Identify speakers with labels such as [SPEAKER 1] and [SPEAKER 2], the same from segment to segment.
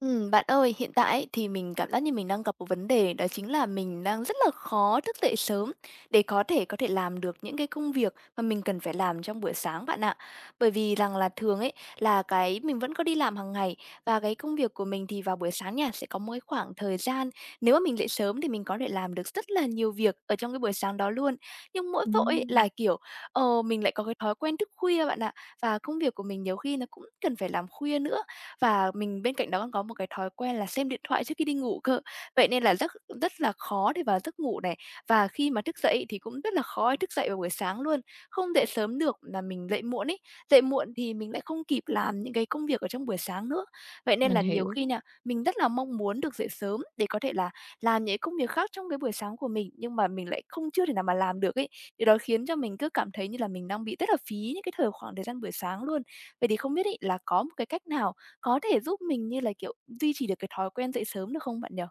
[SPEAKER 1] Bạn ơi, hiện tại ấy thì mình cảm giác như mình đang gặp một vấn đề, đó chính là mình đang rất là khó thức dậy sớm để có thể làm được những cái công việc mà mình cần phải làm trong buổi sáng bạn ạ. Bởi vì rằng là thường ấy là cái mình vẫn có đi làm hàng ngày, và cái công việc của mình thì vào buổi sáng nha sẽ có một cái khoảng thời gian, nếu mà mình dậy sớm thì mình có thể làm được rất là nhiều việc ở trong cái buổi sáng đó luôn. Nhưng mỗi tội ấy
[SPEAKER 2] Ừm,
[SPEAKER 1] là kiểu mình lại có cái thói quen thức khuya bạn ạ, và công việc của mình nhiều khi nó cũng cần phải làm khuya nữa, và mình bên cạnh đó còn có một cái thói quen là xem điện thoại trước khi đi ngủ cơ. Vậy nên là rất rất là khó để vào giấc ngủ này, và khi mà thức dậy thì cũng rất là khó để thức dậy vào buổi sáng luôn. Không dậy sớm được là mình dậy muộn ấy, dậy muộn thì mình lại không kịp làm những cái công việc ở trong buổi sáng nữa. Vậy nên
[SPEAKER 2] mình
[SPEAKER 1] là nhiều
[SPEAKER 2] hiểu.
[SPEAKER 1] khi nè mình rất là mong muốn được dậy sớm để có thể là làm những công việc khác trong cái buổi sáng của mình, nhưng mà mình lại không chưa thể nào mà làm được ấy. Điều đó khiến cho mình cứ cảm thấy như là mình đang bị rất là phí những cái khoảng thời gian buổi sáng luôn. Vậy thì không biết ấy là có một cái cách nào có thể giúp mình như là, kiểu, duy trì được cái thói quen dậy sớm được không bạn nhỉ?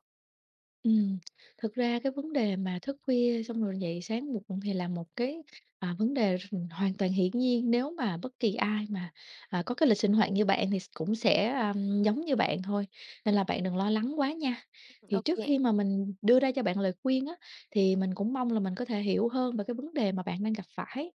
[SPEAKER 2] Ừm, thực ra cái vấn đề mà thức khuya xong rồi dậy sáng muộn thì là một cái, vấn đề hoàn toàn hiển nhiên nếu mà bất kỳ ai mà, có cái lịch sinh hoạt như bạn thì cũng sẽ, giống như bạn thôi, nên là bạn đừng lo lắng quá nha. Thì
[SPEAKER 1] Ô.
[SPEAKER 2] trước khi mà mình đưa ra cho bạn lời khuyên á, thì mình cũng mong là mình có thể hiểu hơn về cái vấn đề mà bạn đang gặp phải.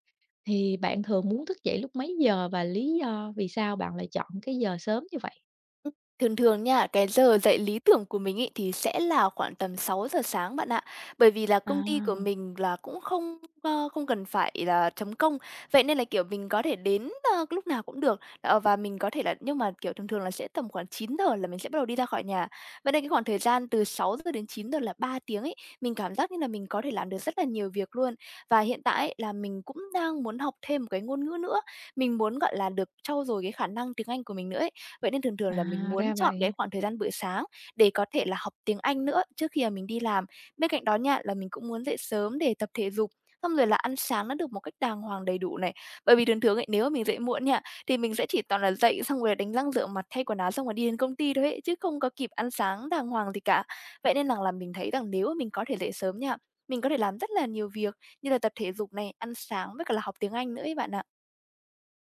[SPEAKER 2] Thì bạn thường muốn thức dậy lúc mấy giờ và lý do vì sao bạn lại chọn cái giờ sớm như vậy?
[SPEAKER 1] Ừm, thường thường nha, cái giờ dậy lý tưởng của mình ấy thì sẽ là khoảng tầm 6 giờ sáng bạn ạ. Bởi vì là công ty của
[SPEAKER 2] À,
[SPEAKER 1] mình là cũng không cần phải là chấm công, vậy nên là, kiểu, mình có thể đến, lúc nào cũng được, và mình có thể là nhưng mà, kiểu, thường thường là sẽ tầm khoảng 9 giờ là mình sẽ bắt đầu đi ra khỏi nhà. Vậy nên cái khoảng thời gian từ 6 giờ đến 9 giờ là 3 tiếng ấy, mình cảm giác như là mình có thể làm được rất là nhiều việc luôn. Và hiện tại ấy là mình cũng đang muốn học thêm một cái ngôn ngữ nữa, mình muốn, gọi là, được trau dồi cái khả năng tiếng Anh của mình nữa ấy. Vậy nên thường thường là mình
[SPEAKER 2] à, ra
[SPEAKER 1] muốn chọn cái
[SPEAKER 2] vậy.
[SPEAKER 1] khoảng thời gian buổi sáng để có thể là học tiếng Anh nữa trước khi mà mình đi làm. Bên cạnh đó nha, là mình cũng muốn dậy sớm để tập thể dục, xong rồi là ăn sáng nó được một cách đàng hoàng đầy đủ này. Bởi vì thường thường ấy, nếu mà mình dậy muộn nha, thì mình sẽ chỉ toàn là dậy xong rồi đánh răng rửa mặt, thay quần áo xong rồi đi đến công ty thôi ấy, chứ không có kịp ăn sáng đàng hoàng gì cả. Vậy nên rằng là mình thấy rằng nếu mà mình có thể dậy sớm nha, mình có thể làm rất là nhiều việc như là tập thể dục này, ăn sáng với cả là học tiếng Anh nữa ấy bạn ạ.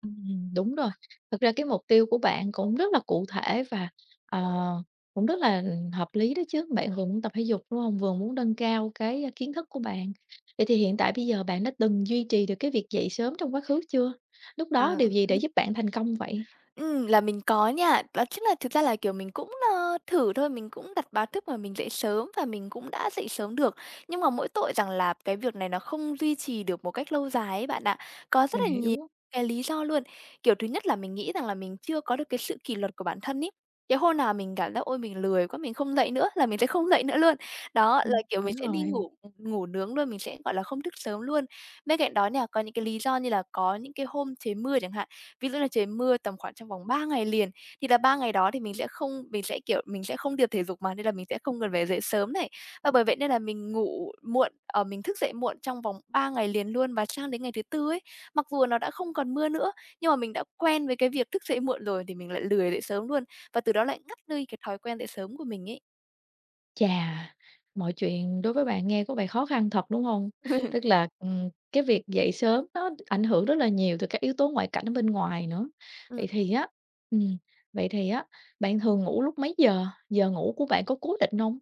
[SPEAKER 2] Đúng rồi. Thực ra cái mục tiêu của bạn cũng rất là cụ thể và, ờ, cũng rất là hợp lý đó chứ. Bạn vừa muốn tập thể dục, đúng không? Vừa muốn nâng cao cái, kiến thức của bạn. Vậy thì hiện tại bây giờ bạn đã từng duy trì được cái việc dậy sớm trong quá khứ chưa? Lúc đó
[SPEAKER 1] À.
[SPEAKER 2] điều gì đã giúp bạn thành công vậy?
[SPEAKER 1] Là mình có nha. Đó chính là thực ra là, kiểu, mình cũng, thử thôi, mình cũng đặt báo thức mà mình dậy sớm và mình cũng đã dậy sớm được. Nhưng mà mỗi tội rằng là cái việc này nó không duy trì được một cách lâu dài ấy bạn ạ. Có rất
[SPEAKER 2] Mình
[SPEAKER 1] là nhiều
[SPEAKER 2] hiểu.
[SPEAKER 1] cái lý do luôn. Kiểu, thứ nhất là mình nghĩ rằng là mình chưa có được cái sự kỷ luật của bản thân ấy. Cái hôm nào mình cảm giác "Ôi, mình lười quá, mình không dậy nữa" là mình sẽ không dậy nữa luôn. Đó, là, kiểu, mình
[SPEAKER 2] Đúng
[SPEAKER 1] sẽ đi
[SPEAKER 2] rồi.
[SPEAKER 1] ngủ ngủ nướng luôn, mình sẽ, gọi là, không thức sớm luôn. Bên cạnh đó nha, có những cái lý do như là có những cái hôm trời mưa chẳng hạn. Ví dụ là trời mưa tầm khoảng trong vòng 3 ngày liền, thì là 3 ngày đó thì mình sẽ không mình sẽ, kiểu, mình sẽ không được thể dục mà, nên là mình sẽ không cần phải dậy sớm này. Và bởi vậy nên là mình ngủ muộn, mình thức dậy muộn trong vòng 3 ngày liền luôn, và sang đến ngày thứ Tư ấy, mặc dù nó đã không còn mưa nữa, nhưng mà mình đã quen với cái việc thức dậy muộn rồi thì mình lại lười dậy sớm luôn, và từ đó lại ngắt đi cái thói quen dậy sớm của mình ấy.
[SPEAKER 2] Chà, mọi chuyện đối với bạn nghe có vẻ khó khăn thật, đúng không?
[SPEAKER 1] Ừm.
[SPEAKER 2] Tức là, cái việc dậy sớm nó ảnh hưởng rất là nhiều từ các yếu tố ngoại cảnh ở bên ngoài nữa. Vậy thì á ừm, vậy thì á, bạn thường ngủ lúc mấy giờ? Giờ ngủ của bạn có cố định không?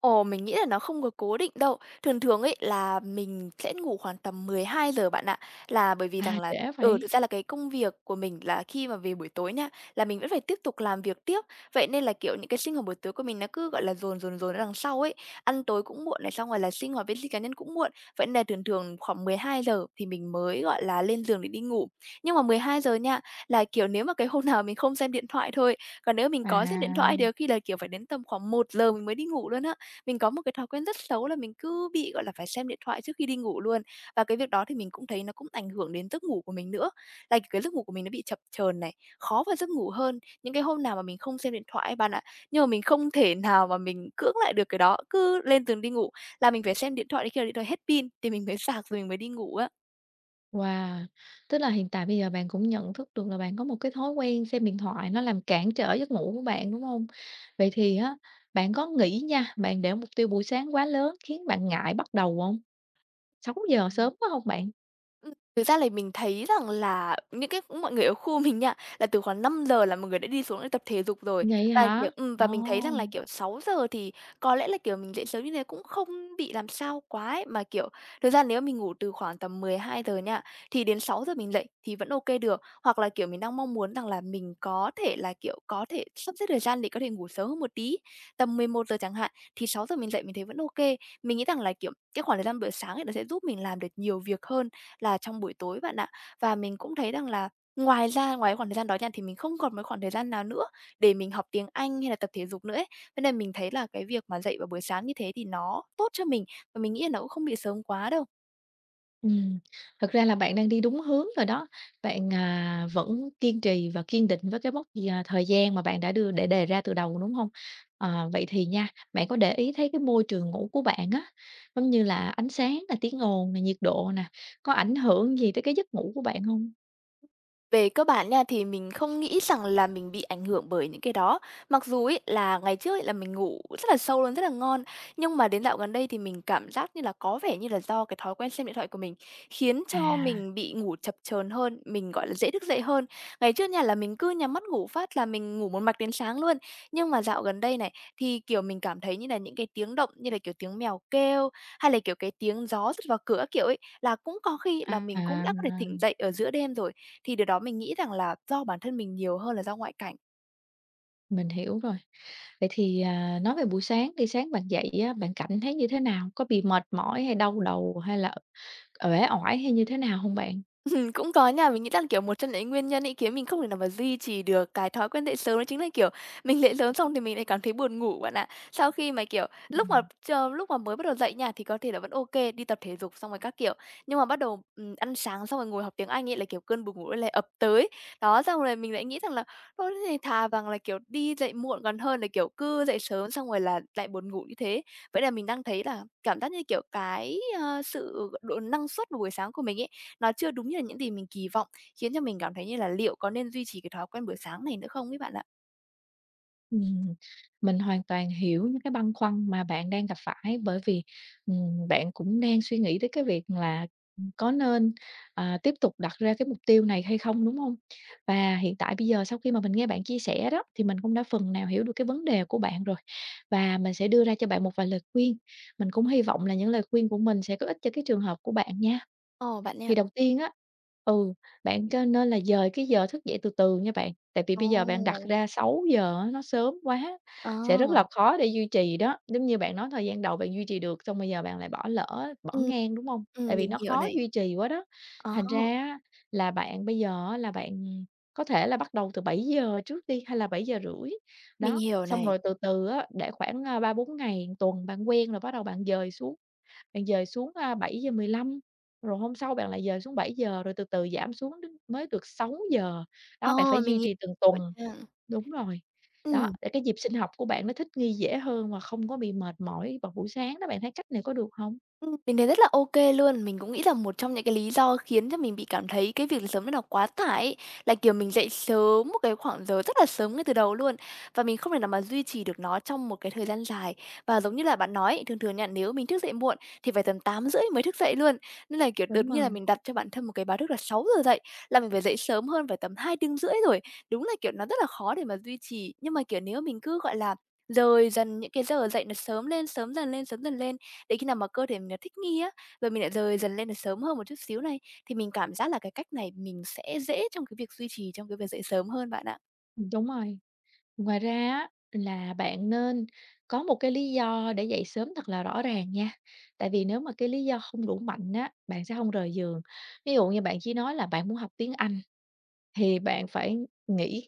[SPEAKER 1] Ồ, mình nghĩ là nó không có cố định đâu. Thường thường ấy là mình sẽ ngủ khoảng tầm 12 giờ bạn ạ. Là bởi vì
[SPEAKER 2] À,
[SPEAKER 1] rằng là
[SPEAKER 2] trễ vậy?
[SPEAKER 1] thực ra là cái công việc của mình là khi mà về buổi tối nha, là mình vẫn phải tiếp tục làm việc tiếp. Vậy nên là, kiểu, những cái sinh hoạt buổi tối của mình nó cứ, gọi là, dồn, dồn, dồn ở đằng sau ấy. Ăn tối cũng muộn này, xong rồi là sinh hoạt vệ sinh cá nhân cũng muộn. Vậy nên là thường thường khoảng 12 giờ thì mình mới, gọi là, lên giường để đi ngủ. Nhưng mà 12 giờ nha, là, kiểu, nếu mà cái hôm nào mình không xem điện thoại thôi, còn nếu mình có xem điện thoại thì
[SPEAKER 2] À,
[SPEAKER 1] có khi là, kiểu, phải đến tầm khoảng 1 giờ mình mới đi ngủ luôn á. Mình có một cái thói quen rất xấu là mình cứ bị, gọi là, phải xem điện thoại trước khi đi ngủ luôn, và cái việc đó thì mình cũng thấy nó cũng ảnh hưởng đến giấc ngủ của mình nữa, là cái giấc ngủ của mình nó bị chập chờn này, khó vào giấc ngủ hơn những cái hôm nào mà mình không xem điện thoại ấy bạn ạ, nhưng mà mình không thể nào mà mình cưỡng lại được cái đó, cứ lên giường đi ngủ là mình phải xem điện thoại đến khi nào điện thoại hết pin thì mình mới sạc rồi mình mới đi ngủ á.
[SPEAKER 2] wow! Tức là hiện tại bây giờ bạn cũng nhận thức được là bạn có một cái thói quen xem điện thoại nó làm cản trở giấc ngủ của bạn, đúng không? Vậy thì á, bạn có nghĩ nha, bạn để mục tiêu buổi sáng quá lớn khiến bạn ngại bắt đầu không? Sáu giờ
[SPEAKER 1] Ừm.
[SPEAKER 2] sớm quá hông bạn?
[SPEAKER 1] Thực ra là mình thấy rằng là những cái mọi người ở khu mình nha, là từ khoảng 5 giờ là mọi người đã đi xuống để tập thể dục rồi.
[SPEAKER 2] Vậy
[SPEAKER 1] Và, kiểu,
[SPEAKER 2] hả?
[SPEAKER 1] và
[SPEAKER 2] Ồ!
[SPEAKER 1] mình thấy rằng là, kiểu, 6 giờ thì có lẽ là, kiểu, mình dậy sớm như thế cũng không bị làm sao quá ấy, mà, kiểu, thực ra nếu mình ngủ từ khoảng tầm 12 giờ nha, thì đến 6 giờ mình dậy thì vẫn ô kê được. Hoặc là, kiểu, mình đang mong muốn rằng là mình có thể là, kiểu, có thể sắp xếp thời gian để có thể ngủ sớm hơn một tí, tầm 11 giờ chẳng hạn, thì 6 giờ mình dậy mình thấy vẫn ô kê. Mình nghĩ rằng là, kiểu, cái khoảng thời gian buổi sáng ấy nó sẽ giúp mình làm được nhiều việc hơn là trong buổi tối bạn ạ. Và mình cũng thấy rằng là ngoài ra ngoài khoảng thời gian đó nha, thì mình không còn một khoảng thời gian nào nữa để mình học tiếng Anh hay là tập thể dục nữa ấy. Thế nên mình thấy là cái việc mà dậy vào buổi sáng như thế thì nó tốt cho mình, và mình nghĩ là nó cũng không bị sớm quá đâu.
[SPEAKER 2] Ừm, thực ra là bạn đang đi đúng hướng rồi đó, bạn, vẫn kiên trì và kiên định với cái mốc gì, thời gian mà bạn đã đưa để đề ra từ đầu, đúng hông? Ờ, vậy thì nha, bạn có để ý thấy cái môi trường ngủ của bạn á, giống như là ánh sáng nè, tiếng ồn nè, nhiệt độ nè, có ảnh hưởng gì tới cái giấc ngủ của bạn hông?
[SPEAKER 1] Về cơ bản nha, thì mình không nghĩ rằng là mình bị ảnh hưởng bởi những cái đó. Mặc dù ấy là ngày trước ấy là mình ngủ rất là sâu luôn, rất là ngon, nhưng mà đến dạo gần đây thì mình cảm giác như là có vẻ như là do cái thói quen xem điện thoại của mình khiến cho
[SPEAKER 2] À,
[SPEAKER 1] mình bị ngủ chập chờn hơn, mình, gọi là, dễ thức dậy hơn. Ngày trước nha là mình cứ nhắm mắt ngủ phát là mình ngủ một mạch đến sáng luôn, nhưng mà dạo gần đây này, thì, kiểu, mình cảm thấy như là những cái tiếng động như là, kiểu, tiếng mèo kêu, hay là, kiểu, cái tiếng gió rứt vào cửa kiểu ấy, là cũng có khi
[SPEAKER 2] à,
[SPEAKER 1] là mình cũng
[SPEAKER 2] à,
[SPEAKER 1] đã có thể tỉnh dậy ở giữa đêm rồi. Thì điều đó mình nghĩ rằng là do bản thân mình nhiều hơn là do ngoại cảnh.
[SPEAKER 2] mình hiểu rồi. Vậy thì, nói về buổi sáng đi, sáng bạn dậy á, bạn cảm thấy như thế nào? Có bị mệt mỏi hay đau đầu hay là uể oải hay như thế nào không bạn?
[SPEAKER 1] Cũng có nha. Mình nghĩ là, kiểu, một trong những nguyên nhân ấy khiến mình không thể nào mà duy trì được cái thói quen dậy sớm đó chính là, kiểu, mình dậy sớm xong thì mình lại cảm thấy buồn ngủ bạn ạ. Sau khi mà, kiểu, lúc mà lúc mà mới bắt đầu dậy nha, thì có thể là vẫn ok đi tập thể dục xong rồi các kiểu, nhưng mà bắt đầu, ăn sáng xong rồi ngồi học tiếng Anh ấy là, kiểu, cơn buồn ngủ lại ập tới. Đó, xong rồi mình lại nghĩ rằng là thôi thế thì thà rằng là, kiểu, đi dậy muộn còn hơn là, kiểu, cứ dậy sớm xong rồi là lại buồn ngủ như thế. Vậy là mình đang thấy là cảm giác như, kiểu, cái sự độ năng suất vào buổi sáng của mình ấy, nó chưa đúng như là những gì mình kỳ vọng, khiến cho mình cảm thấy như là liệu có nên duy trì cái thói quen buổi sáng này nữa không ấy bạn ạ?
[SPEAKER 2] Ừm, mình hoàn toàn hiểu những cái băn khoăn mà bạn đang gặp phải bởi vì, bạn cũng đang suy nghĩ tới cái việc là, có nên, tiếp tục đặt ra cái mục tiêu này hay không, đúng không? Và hiện tại bây giờ sau khi mà mình nghe bạn chia sẻ đó, thì mình cũng đã phần nào hiểu được cái vấn đề của bạn rồi, và mình sẽ đưa ra cho bạn một vài lời khuyên. Mình cũng hy vọng là những lời khuyên của mình sẽ có ích cho cái trường hợp của bạn nha.
[SPEAKER 1] Ồ, bạn
[SPEAKER 2] Thì
[SPEAKER 1] nha.
[SPEAKER 2] đầu tiên á ừ, bạn có nên là dời cái giờ thức dậy từ từ nha bạn, tại vì bây giờ bạn đặt
[SPEAKER 1] Ồ,
[SPEAKER 2] ra 6:00 á, nó sớm quá,
[SPEAKER 1] ờ,
[SPEAKER 2] sẽ rất là khó để duy trì đó. Giống như bạn nói thời gian đầu bạn duy trì được, xong bây giờ bạn lại bỏ lỡ, bỏ
[SPEAKER 1] ừm,
[SPEAKER 2] ngang, đúng không? Tại vì
[SPEAKER 1] mình
[SPEAKER 2] nó
[SPEAKER 1] hiểu
[SPEAKER 2] khó
[SPEAKER 1] này.
[SPEAKER 2] duy trì quá đó.
[SPEAKER 1] Ờ,
[SPEAKER 2] Thành ra á là bạn bây giờ á là bạn có thể là bắt đầu từ bảy giờ trước đi, hay là bảy giờ rưỡi
[SPEAKER 1] mình
[SPEAKER 2] đó,
[SPEAKER 1] hiểu
[SPEAKER 2] xong
[SPEAKER 1] này.
[SPEAKER 2] rồi từ từ á, để khoảng, 3-4 ngày, tuần bạn quen rồi bắt đầu bạn dời xuống. Bạn dời xuống, 7:15, rồi hôm sau bạn lại dời xuống bảy giờ rồi từ từ giảm xuống đến mới được sáu giờ. Đó, bạn
[SPEAKER 1] Ờ,
[SPEAKER 2] phải duy
[SPEAKER 1] mình
[SPEAKER 2] trì từng tuần.
[SPEAKER 1] hiểu nha.
[SPEAKER 2] Đúng rồi. Đó,
[SPEAKER 1] Ừm.
[SPEAKER 2] để cái nhịp sinh học của bạn nó thích nghi dễ hơn và không có bị mệt mỏi vào buổi sáng đó, bạn thấy cách này có được không?
[SPEAKER 1] Mình thấy rất là ô kê luôn. Mình cũng nghĩ là một trong những cái lý do khiến cho mình bị cảm thấy cái việc sớm nó là quá tải ấy, là, kiểu, mình dậy sớm một cái khoảng giờ rất là sớm ngay từ đầu luôn, và mình không thể nào mà duy trì được nó trong một cái thời gian dài. Và giống như là bạn nói ấy, thường thường nha, nếu mình thức dậy muộn thì phải tầm tám rưỡi mới thức dậy luôn, nên là, kiểu, tự
[SPEAKER 2] Đúng
[SPEAKER 1] nhiên là
[SPEAKER 2] rồi,
[SPEAKER 1] mình đặt cho bản thân một cái báo thức là sáu giờ dậy, là mình phải dậy sớm hơn phải tầm hai tiếng rưỡi rồi. Đúng là, kiểu, nó rất là khó để mà duy trì, nhưng mà, kiểu, nếu mình cứ, gọi là, dời dần những cái giờ dậy nó sớm lên, sớm dần lên, sớm dần lên để khi nào mà cơ thể mình nó thích nghi á, rồi mình lại rời dần lên được sớm hơn một chút xíu này, thì mình cảm giác là cái cách này mình sẽ dễ trong cái việc duy trì trong cái việc dậy sớm hơn bạn ạ.
[SPEAKER 2] đúng rồi. Ngoài ra á, là bạn nên có một cái lý do để dậy sớm thật là rõ ràng nha. Tại vì nếu mà cái lý do không đủ mạnh á, bạn sẽ không rời giường. Ví dụ như bạn chỉ nói là bạn muốn học tiếng Anh, thì bạn phải nghĩ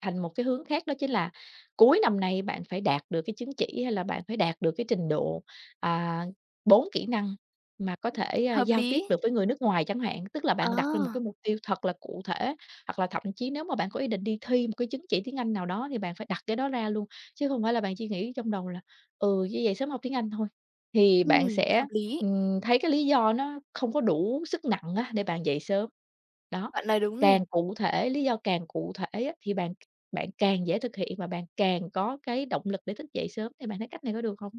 [SPEAKER 2] thành một cái hướng khác đó chính là cuối năm nay bạn phải đạt được cái chứng chỉ, hay là bạn phải đạt được cái trình độ, à, 4 kỹ năng mà có thể,
[SPEAKER 1] Hợp
[SPEAKER 2] giao tiếp
[SPEAKER 1] lý.
[SPEAKER 2] được với người nước ngoài chẳng hạn. Tức là
[SPEAKER 1] Ờ,
[SPEAKER 2] bạn đặt ra một cái mục tiêu thật là cụ thể. Hoặc là thậm chí nếu mà bạn có ý định đi thi một cái chứng chỉ tiếng Anh nào đó thì bạn phải đặt cái đó ra luôn, chứ không phải là bạn chỉ nghĩ trong đầu là "Ừ, như vậy sớm học tiếng Anh thôi." Thì bạn
[SPEAKER 1] hợp
[SPEAKER 2] sẽ,
[SPEAKER 1] lý,
[SPEAKER 2] thấy cái lý do nó không có đủ sức nặng á, để bạn dậy sớm. Đó,
[SPEAKER 1] bạn nói đúng này.
[SPEAKER 2] càng cụ thể, lý do càng cụ thể á, thì bạn bạn càng dễ thực hiện và bạn càng có cái động lực để thức dậy sớm. Thì bạn thấy cách này có được không?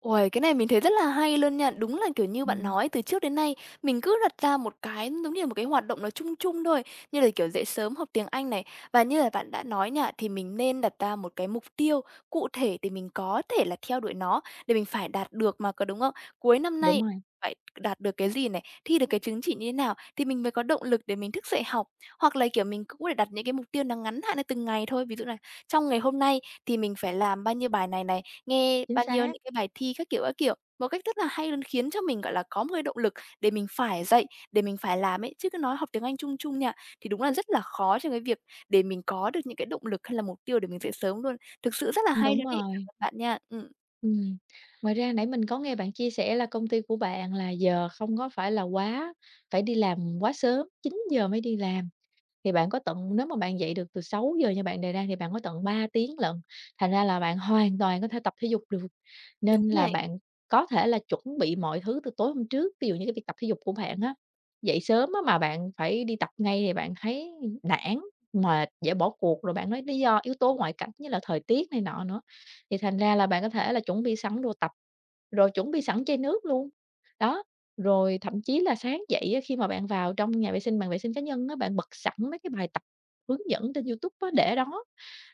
[SPEAKER 1] Uầy, cái này mình thấy rất là hay luôn nha. Đúng là, kiểu như, bạn
[SPEAKER 2] Ừm,
[SPEAKER 1] nói từ trước đến nay mình cứ đặt ra một cái giống như là một cái hoạt động nó chung chung thôi, như là, kiểu, dậy sớm học tiếng Anh này. Và như là bạn đã nói nha, thì mình nên đặt ra một cái mục tiêu cụ thể để mình có thể là theo đuổi nó, để mình phải đạt được mà, có đúng không? Cuối năm
[SPEAKER 2] đúng
[SPEAKER 1] nay
[SPEAKER 2] rồi,
[SPEAKER 1] phải đạt được cái gì này, thi được cái chứng chỉ như thế nào thì mình mới có động lực để mình thức dậy học. Hoặc là, kiểu, mình cũng có thể đặt những cái mục tiêu nó ngắn hạn lên từng ngày thôi, ví dụ là trong ngày hôm nay thì mình phải làm bao nhiêu bài này này, nghe
[SPEAKER 2] chính
[SPEAKER 1] bao nhiêu
[SPEAKER 2] xác,
[SPEAKER 1] những cái bài thi các kiểu, một cách rất là hay luôn khiến cho mình, gọi là, có một cái động lực để mình phải dậy, để mình phải làm ấy. Chứ cứ nói học tiếng Anh chung chung nha, thì đúng là rất là khó trong cái việc để mình có được những cái động lực hay là mục tiêu để mình dậy sớm luôn. Thực sự rất là hay
[SPEAKER 2] đúng
[SPEAKER 1] luôn ấy, cảm
[SPEAKER 2] rồi.
[SPEAKER 1] ơn bạn nha.
[SPEAKER 2] Ừm, ngoài ra nãy mình có nghe bạn chia sẻ là công ty của bạn là giờ không có phải là quá phải đi làm quá sớm, chín giờ mới đi làm. Thì bạn có tận nếu mà bạn dậy được từ sáu giờ như bạn đề ra thì bạn có tận 3 tiếng lận, thành ra là bạn hoàn toàn có thể tập thể dục được.
[SPEAKER 1] Đúng
[SPEAKER 2] Nên là
[SPEAKER 1] này,
[SPEAKER 2] bạn có thể là chuẩn bị mọi thứ từ tối hôm trước, ví dụ như cái việc tập thể dục của bạn á, dậy sớm á mà bạn phải đi tập ngay thì bạn thấy nản, mệt, dễ bỏ cuộc, rồi bạn nói lý do yếu tố ngoại cảnh như là thời tiết này nọ nữa, thì thành ra là bạn có thể là chuẩn bị sẵn đồ tập, rồi chuẩn bị sẵn chai nước luôn. Đó, rồi thậm chí là sáng dậy á, khi mà bạn vào trong nhà vệ sinh, bàn vệ sinh cá nhân á, bạn bật sẵn mấy cái bài tập hướng dẫn trên YouTube á, để đó,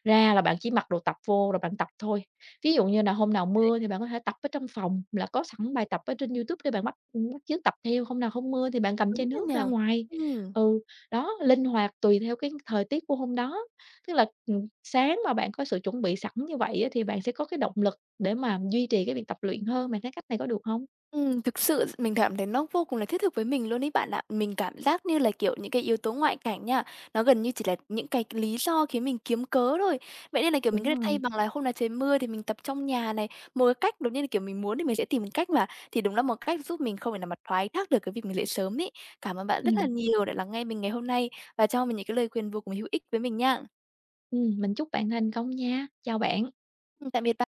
[SPEAKER 2] ra là bạn chỉ mặc đồ tập vô rồi bạn tập thôi. Ví dụ như là hôm nào mưa thì bạn có thể tập ở trong phòng, là có sẵn bài tập ở trên YouTube để bạn bắt bắt chước tập theo, hôm nào không mưa thì bạn cầm chai
[SPEAKER 1] đúng rồi
[SPEAKER 2] nước
[SPEAKER 1] nhỉ.
[SPEAKER 2] ra ngoài.
[SPEAKER 1] Ừm.
[SPEAKER 2] Ừ, đó, linh hoạt tùy theo cái thời tiết của hôm đó. Tức là, sáng mà bạn có sự chuẩn bị sẵn như vậy á, thì bạn sẽ có cái động lực để mà duy trì cái việc tập luyện hơn, bạn thấy cách này có được không?
[SPEAKER 1] Thực sự mình cảm thấy nó vô cùng là thiết thực với mình luôn ấy bạn ạ. Mình cảm giác như là, kiểu, những cái yếu tố ngoại cảnh nha, nó gần như chỉ là những cái lý do khiến mình kiếm cớ thôi. Vậy nên là, kiểu, mình
[SPEAKER 2] Đúng
[SPEAKER 1] có thay
[SPEAKER 2] rồi.
[SPEAKER 1] bằng là hôm nào trời mưa thì mình tập trong nhà này, một cái cách đúng như là, kiểu, mình muốn thì mình sẽ tìm một cách mà, thì đúng là một cách giúp mình không phải là mà thoái thác được cái việc mình dậy sớm ấy. Cảm ơn bạn rất là
[SPEAKER 2] Ừm.
[SPEAKER 1] nhiều đã lắng nghe mình ngày hôm nay và cho mình những cái lời khuyên vô cùng hữu ích với mình nha.
[SPEAKER 2] Mình chúc bạn thành công nha. Chào bạn.
[SPEAKER 1] Tạm biệt bạn.